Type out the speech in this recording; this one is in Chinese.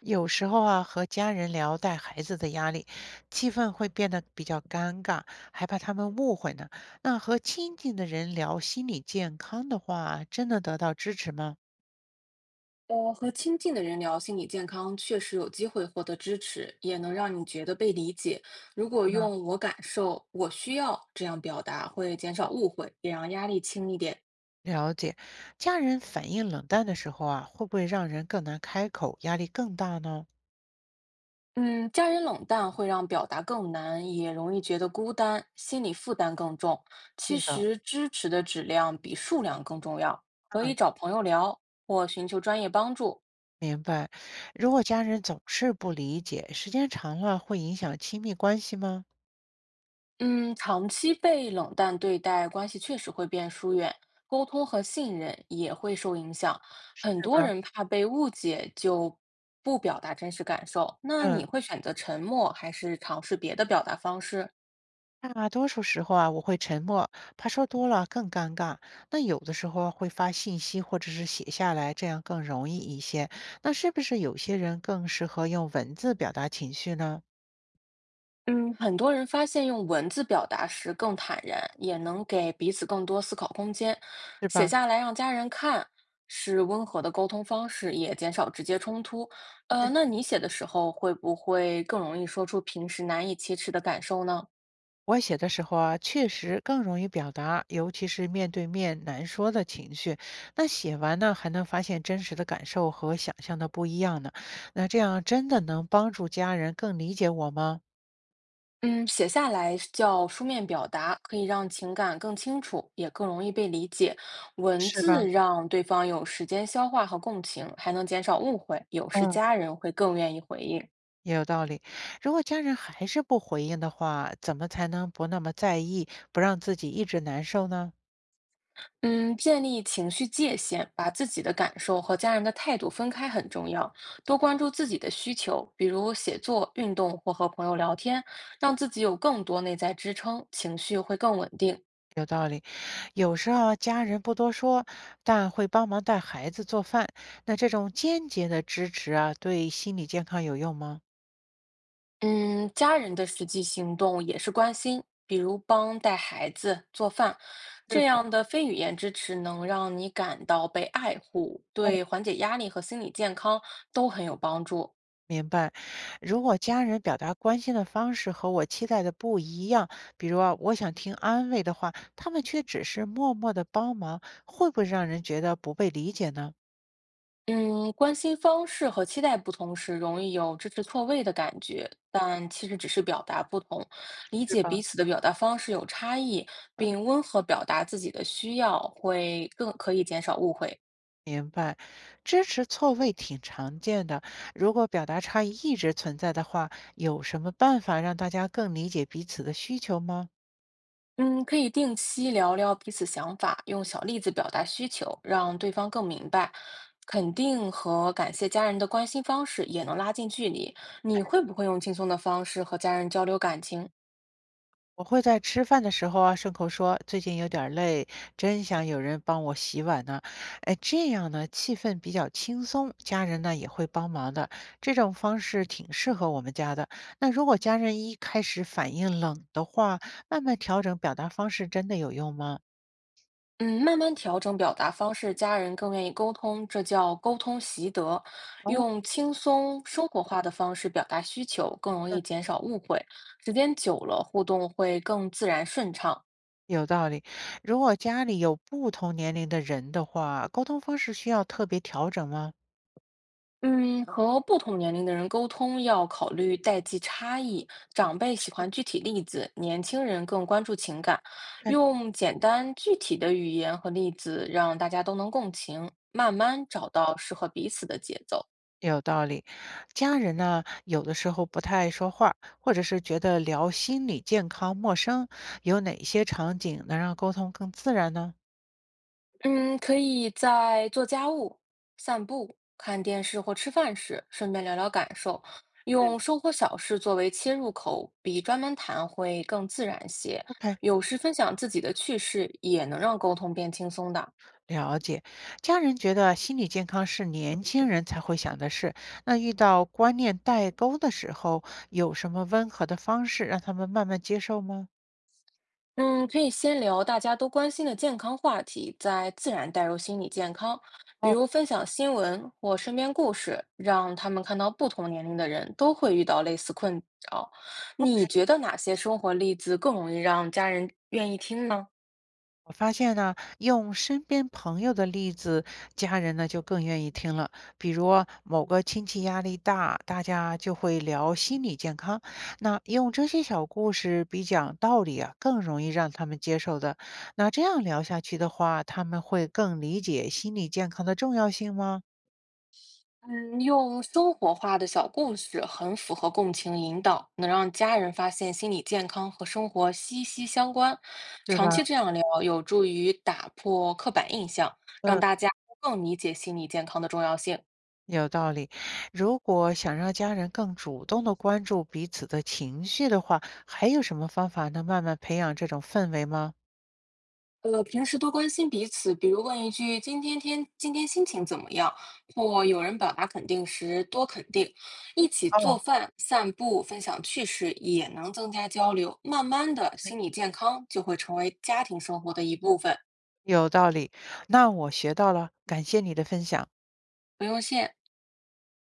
有时候啊，和家人聊带孩子的压力，气氛会变得比较尴尬，还怕他们误会呢。那和亲近的人聊心理健康的话，真的得到支持吗？和亲近的人聊心理健康，确实有机会获得支持，也能让你觉得被理解。如果那用“我感受”“我需要”这样表达，会减少误会，也让压力轻一点。了解，家人反应冷淡的时候啊，会不会让人更难开口，压力更大呢？嗯，家人冷淡会让表达更难，也容易觉得孤单，心理负担更重。其是的，实，支持的质量比数量更重要。可以嗯，找朋友聊，或寻求专业帮助，明白。如果家人总是不理解，时间长了会影响亲密关系吗？嗯，长期被冷淡对待，关系确实会变疏远，沟通和信任也会受影响。很是多吧？人怕被误解，就不表达真实感受。那你嗯。会选择沉默，还是尝试别的表达方式？大多数时候啊，我会沉默，怕说多了更尴尬。那有的时候会发信息或者是写下来，这样更容易一些。那是不是有些人更适合用文字表达情绪呢？嗯，很多人发现用文字表达时更坦然，也能给彼此更多思考空间。是写吧？下来让家人看，是温和的沟通方式，也减少直接冲突。那嗯，你写的时候会不会更容易说出平时难以启齿的感受呢？我写的时候啊，确实更容易表达，尤其是面对面难说的情绪。那写完呢，还能发现真实的感受和想象的不一样呢。那这样真的能帮助家人更理解我吗？嗯，写下来叫书面表达，可以让情感更清楚，也更容易被理解。文是吧？字让对方有时间消化和共情，还能减少误会，有时嗯。家人会更愿意回应。也有道理。如果家人还是不回应的话，怎么才能不那么在意，不让自己一直难受呢？嗯，建立情绪界限，把自己的感受和家人的态度分开很重要。多关注自己的需求，比如写作、运动或和朋友聊天，让自己有更多内在支撑，情绪会更稳定。有道理。有时候啊家人不多说，但会帮忙带孩子做饭。那这种间接的支持啊，对心理健康有用吗？嗯，家人的实际行动也是关心，比如帮带孩子、做饭，是这的，样的非语言支持能让你感到被爱护，哦，对缓解压力和心理健康都很有帮助。明白。如果家人表达关心的方式和我期待的不一样，比如啊，我想听安慰的话，他们却只是默默的帮忙，会不会让人觉得不被理解呢？嗯，关心方式和期待不同时，容易有支持错位的感觉，但其实只是表达不同，理是解彼吧？此的表达方式有差异，并温和表达自己的需要，会更可以减少误会。明白，支持错位挺常见的。如果表达差异一直存在的话，有什么办法让大家更理解彼此的需求吗？嗯，可以定期聊聊彼此想法，用小例子表达需求，让对方更明白。肯定和感谢家人的关心方式也能拉近距离。你会不会用轻松的方式和家人交流感情？我会在吃饭的时候啊，顺口说最近有点儿累，真想有人帮我洗碗呢。哎，这样呢，气氛比较轻松，家人呢也会帮忙的。这种方式挺适合我们家的。那如果家人一开始反应冷的话，慢慢调整表达方式真的有用吗？嗯，慢慢调整表达方式，家人更愿意沟通，这叫沟通习得。哦。用轻松生活化的方式表达需求，更容易减少误会。时间久了，互动会更自然顺畅。有道理。如果家里有不同年龄的人的话，沟通方式需要特别调整吗？嗯，和不同年龄的人沟通要考虑代际差异，长辈喜欢具体例子，年轻人更关注情感。嗯，用简单具体的语言和例子，让大家都能共情，慢慢找到适合彼此的节奏。有道理。家人呢，有的时候不太爱说话，或者是觉得聊心理健康陌生，有哪些场景能让沟通更自然呢？嗯，可以在做家务、散步、看电视或吃饭时，顺便聊聊感受，嗯，用生活小事作为切入口，比专门谈会更自然些。？OK，有时分享自己的趣事，也能让沟通变轻松的。了解。家人觉得心理健康是年轻人才会想的事，那遇到观念代沟的时候，有什么温和的方式让他们慢慢接受吗？嗯，可以先聊大家都关心的健康话题，再自然带入心理健康，比哦。如分享新闻或身边故事，让他们看到不同年龄的人都会遇到类似困扰。你觉得哪些生活例子更容易让家人愿意听呢？我发现呢，用身边朋友的例子，家人呢就更愿意听了。比如啊某个亲戚压力大，大家就会聊心理健康。那用这些小故事比讲道理啊，更容易让他们接受的。那这样聊下去的话，他们会更理解心理健康的重要性吗？嗯，用生活化的小故事很符合共情引导，能让家人发现心理健康和生活息息相关。是长期吧？这样聊，有助于打破刻板印象，让嗯，大家更理解心理健康的重要性。有道理。如果想让家人更主动的关注彼此的情绪的话，还有什么方法能慢慢培养这种氛围吗？平时多关心彼此，比如问一句“今天心情怎么样”，或有人表达肯定时多肯定，一起做哦。饭、散步、分享趣事，也能增加交流。慢慢的，心理健康就会成为家庭生活的一部分，有道理，那我学到了，感谢你的分享。不用谢。